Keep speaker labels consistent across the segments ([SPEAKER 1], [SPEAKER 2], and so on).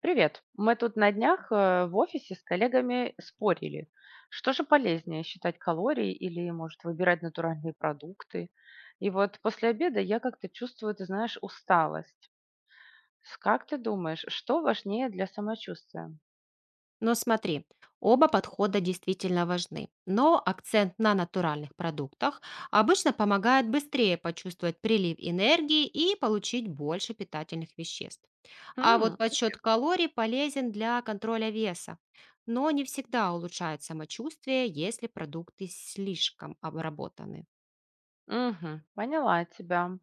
[SPEAKER 1] Привет. Мы тут на днях в офисе с коллегами спорили, что же полезнее: считать калории или, может, выбирать натуральные продукты. И вот после обеда я как-то чувствую, ты знаешь, усталость. Как ты думаешь, что важнее для самочувствия?
[SPEAKER 2] Но смотри, оба подхода действительно важны, но акцент на натуральных продуктах обычно помогает быстрее почувствовать прилив энергии и получить больше питательных веществ. А
[SPEAKER 1] М,
[SPEAKER 2] вот подсчет калорий полезен для контроля веса, но не всегда улучшает самочувствие, если продукты слишком обработаны.
[SPEAKER 1] мгм, поняла тебя.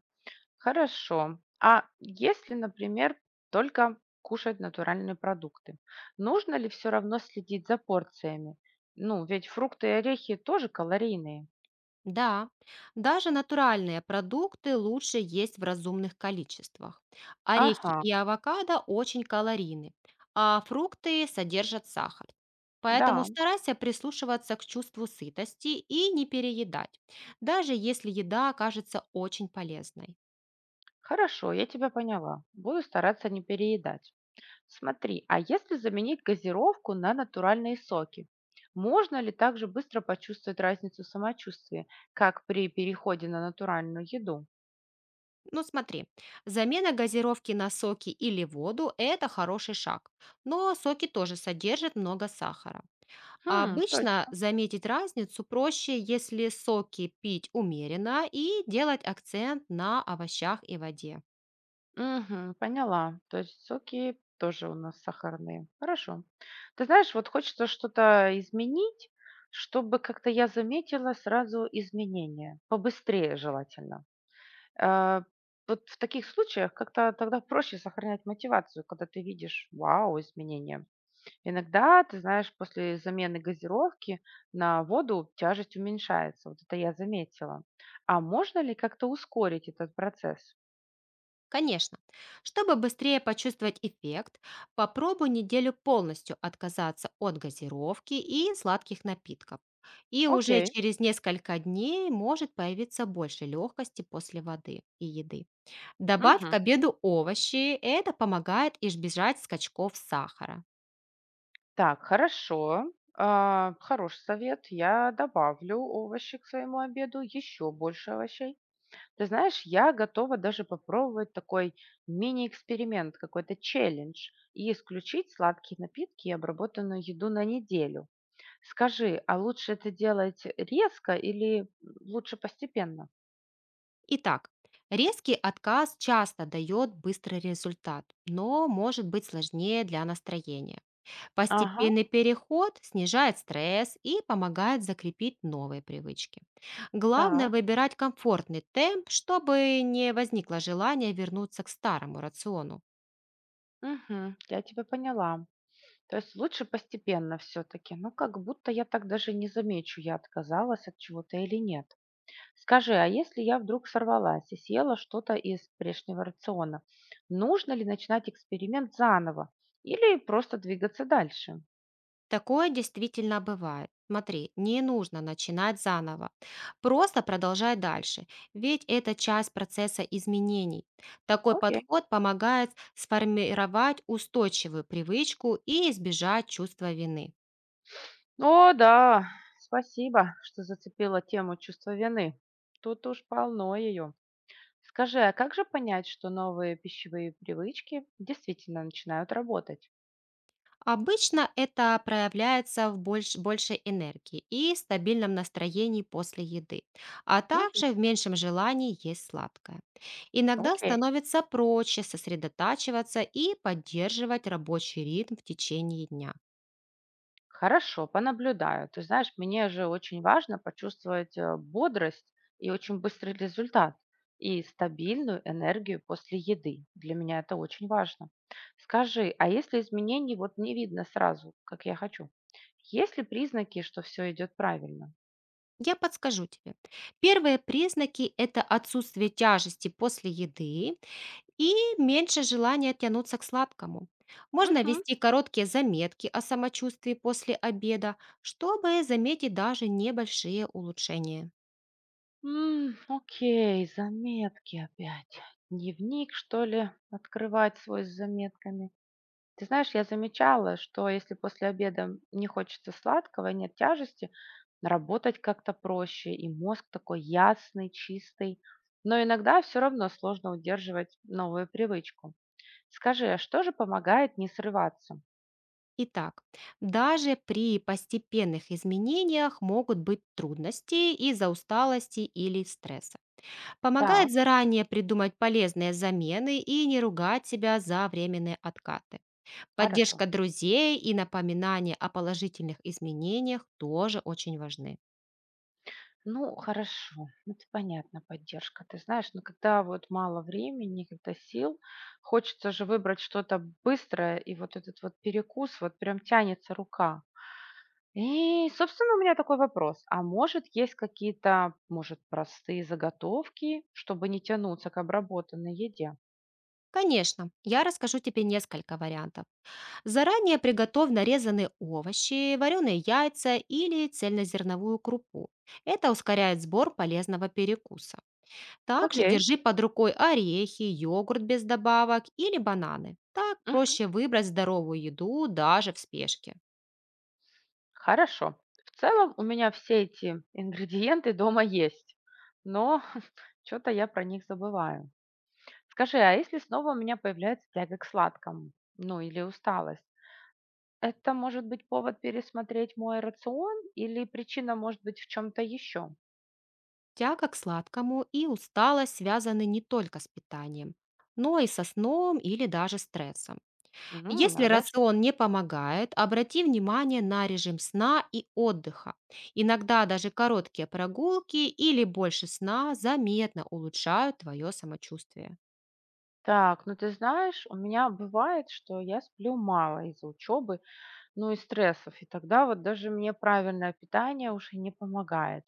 [SPEAKER 1] Хорошо. А если, например, только кушать натуральные продукты, нужно ли все равно следить за порциями? Ну, ведь фрукты и орехи тоже калорийные.
[SPEAKER 2] Да, даже натуральные продукты лучше есть в разумных количествах. Орехи
[SPEAKER 1] Ага,
[SPEAKER 2] и авокадо очень калорийны, а фрукты содержат сахар. Поэтому
[SPEAKER 1] да,
[SPEAKER 2] старайся прислушиваться к чувству сытости и не переедать, даже если еда окажется очень полезной.
[SPEAKER 1] хорошо, я тебя поняла. Буду стараться не переедать. Смотри, а если заменить газировку на натуральные соки, можно ли также быстро почувствовать разницу в самочувствии, как при переходе на натуральную еду?
[SPEAKER 2] Ну смотри, замена газировки на соки или воду — это хороший шаг, но соки тоже содержат много сахара. А
[SPEAKER 1] Хм,
[SPEAKER 2] Обычно
[SPEAKER 1] точно.
[SPEAKER 2] заметить разницу проще, если соки пить умеренно и делать акцент на овощах и воде.
[SPEAKER 1] Мгм, поняла. То есть соки тоже у нас сахарные. Хорошо. Ты знаешь, вот хочется что-то изменить, чтобы как-то я заметила сразу изменения, побыстрее желательно. Э, вот в таких случаях как-то тогда проще сохранять мотивацию, когда ты видишь: вау, изменения. Иногда, ты знаешь, после замены газировки на воду тяжесть уменьшается. Вот это я заметила. А можно ли как-то ускорить этот процесс?
[SPEAKER 2] Конечно, чтобы быстрее почувствовать эффект, попробуй неделю полностью отказаться от газировки и сладких напитков. И уже
[SPEAKER 1] Окей.
[SPEAKER 2] через несколько дней может появиться больше легкости после воды и еды. Добавь к
[SPEAKER 1] Мгм.
[SPEAKER 2] обеду овощи, это помогает избежать скачков сахара.
[SPEAKER 1] Так, хорошо. А, хороший совет. Я добавлю овощи к своему обеду, еще больше овощей. Ты знаешь, я готова даже попробовать такой мини-эксперимент, какой-то челлендж, и исключить сладкие напитки и обработанную еду на неделю. Скажи, а лучше это делать резко или м, лучше постепенно?
[SPEAKER 2] Итак, резкий отказ часто дает быстрый результат, но может быть сложнее для настроения.
[SPEAKER 1] Ага,
[SPEAKER 2] Постепенный переход снижает стресс и помогает закрепить новые привычки. Главное
[SPEAKER 1] так,
[SPEAKER 2] выбирать комфортный темп, чтобы не возникло желания вернуться к старому рациону.
[SPEAKER 1] мгм, я тебя поняла. То есть лучше постепенно все-таки. Ну, как будто я так даже не замечу, я отказалась от чего-то или нет. Скажи, а если я вдруг сорвалась и съела что-то из прежнего рациона, нужно ли начинать эксперимент заново или просто двигаться дальше?
[SPEAKER 2] Такое действительно бывает. Смотри, не нужно начинать заново. Просто продолжай дальше, ведь это часть процесса изменений. Такой
[SPEAKER 1] Окей.
[SPEAKER 2] подход помогает сформировать устойчивую привычку и избежать чувства вины.
[SPEAKER 1] О, да, спасибо, что зацепила тему чувства вины. Тут уж полно ее. Скажи, а как же понять, что новые пищевые привычки действительно начинают работать?
[SPEAKER 2] Обычно это проявляется в большей энергии и стабильном настроении после еды, а
[SPEAKER 1] Мгм.
[SPEAKER 2] также в меньшем желании есть сладкое. Иногда
[SPEAKER 1] Окей.
[SPEAKER 2] становится проще сосредотачиваться и поддерживать рабочий ритм в течение дня.
[SPEAKER 1] Хорошо, понаблюдаю. Ты знаешь, мне же очень важно почувствовать бодрость и очень быстрый результат, и стабильную энергию после еды. Для меня это очень важно. Скажи, а если изменений вот не видно сразу, как я хочу, есть ли признаки, что все идет правильно?
[SPEAKER 2] Я подскажу тебе. Первые признаки — это отсутствие тяжести после еды, И меньше желания тянуться к сладкому. Можно
[SPEAKER 1] Угу.
[SPEAKER 2] вести короткие заметки о самочувствии после обеда, чтобы заметить даже небольшие улучшения.
[SPEAKER 1] Окей, заметки опять. Дневник, что ли, открывать свой с заметками? Ты знаешь, я замечала, что если после обеда не хочется сладкого, нет тяжести, работать как-то проще, и мозг такой ясный, чистый. Но иногда все равно сложно удерживать новую привычку. Скажи, а что же помогает не срываться?
[SPEAKER 2] Итак, даже при постепенных изменениях могут быть трудности из-за усталости или стресса.
[SPEAKER 1] Так,
[SPEAKER 2] Помогает заранее придумать полезные замены и не ругать себя за временные откаты.
[SPEAKER 1] хорошо.
[SPEAKER 2] Поддержка друзей и напоминание о положительных изменениях тоже очень важны.
[SPEAKER 1] Ну, хорошо, ну, это понятно, поддержка. Ты знаешь, но когда вот мало времени, когда сил, хочется же выбрать что-то быстрое, и вот этот вот перекус, вот прям тянется рука. И, собственно, у меня такой вопрос. А может, есть какие-то, может, простые заготовки, чтобы не тянуться к обработанной еде?
[SPEAKER 2] Конечно, я расскажу тебе несколько вариантов. Заранее приготовь нарезанные овощи, вареные яйца или цельнозерновую крупу. Это ускоряет сбор полезного перекуса. Также
[SPEAKER 1] Окей,
[SPEAKER 2] держи под рукой орехи, йогурт без добавок или бананы. Так
[SPEAKER 1] мгм,
[SPEAKER 2] проще выбрать здоровую еду даже в спешке.
[SPEAKER 1] хорошо. В целом у меня все эти ингредиенты дома есть, но что-то я про них забываю. Скажи, а если снова у меня появляется тяга к сладкому, ну или усталость, это может быть повод пересмотреть мой рацион или причина может быть в чем-то еще?
[SPEAKER 2] Тяга к сладкому и усталость связаны не только с питанием, но и со сном или даже стрессом.
[SPEAKER 1] М,
[SPEAKER 2] Если
[SPEAKER 1] надо же.
[SPEAKER 2] рацион не помогает, обрати внимание на режим сна и отдыха. Иногда даже короткие прогулки или больше сна заметно улучшают твое самочувствие.
[SPEAKER 1] Так, ну ты знаешь, у меня бывает, что я сплю мало из-за учебы, ну и стрессов, и тогда вот даже мне правильное питание уже не помогает.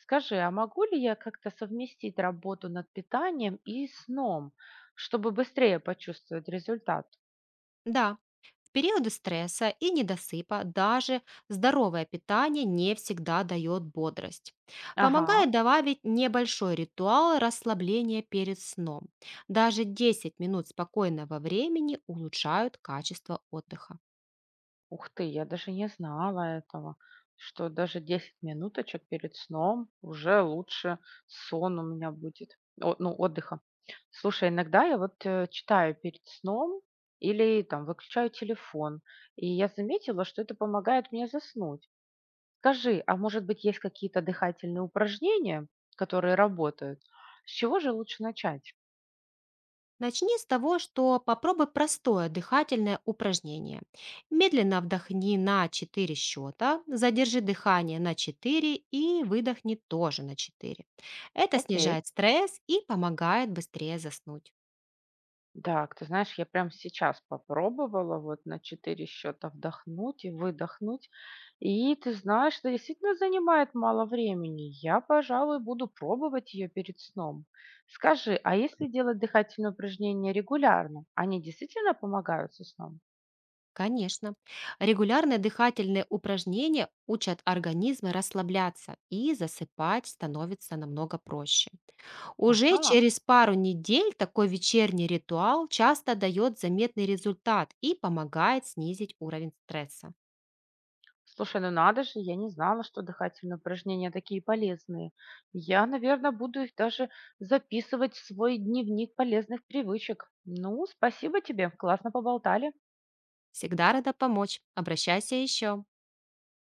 [SPEAKER 1] Скажи, а могу ли я как-то совместить работу над питанием и сном, чтобы быстрее почувствовать результат?
[SPEAKER 2] Да, в периоды стресса и недосыпа даже здоровое питание не всегда дает бодрость.
[SPEAKER 1] Ага.
[SPEAKER 2] Помогает добавить небольшой ритуал расслабления перед сном. Даже 10 минут спокойного времени улучшают качество отдыха.
[SPEAKER 1] Ух ты, я даже не знала этого, что даже 10 минуточек перед сном уже лучше сон у меня будет, о, ну, отдыха. Слушай, иногда я вот читаю перед сном или там выключаю телефон, и я заметила, что это помогает мне заснуть. Скажи, а может быть есть какие-то дыхательные упражнения, которые работают? С чего же лучше начать?
[SPEAKER 2] Начни с того, что попробуй простое дыхательное упражнение. Медленно вдохни на 4 счета, задержи дыхание на 4 и выдохни тоже на 4. Это
[SPEAKER 1] Окей.
[SPEAKER 2] снижает стресс и помогает быстрее заснуть.
[SPEAKER 1] Так, ты знаешь, я прям сейчас попробовала вот на 4 счета вдохнуть и выдохнуть. И ты знаешь, это действительно занимает мало времени. Я, пожалуй, буду пробовать ее перед сном. Скажи, а если делать дыхательные упражнения регулярно, они действительно помогают со сном?
[SPEAKER 2] Конечно, регулярные дыхательные упражнения учат организм расслабляться и засыпать становится намного проще. Уже
[SPEAKER 1] Ага.
[SPEAKER 2] через пару недель такой вечерний ритуал часто дает заметный результат и помогает снизить уровень стресса.
[SPEAKER 1] Слушай, ну надо же, я не знала, что дыхательные упражнения такие полезные. Я, наверное, буду их даже записывать в свой дневник полезных привычек. Ну, спасибо тебе, классно поболтали.
[SPEAKER 2] Всегда рада помочь. Обращайся еще.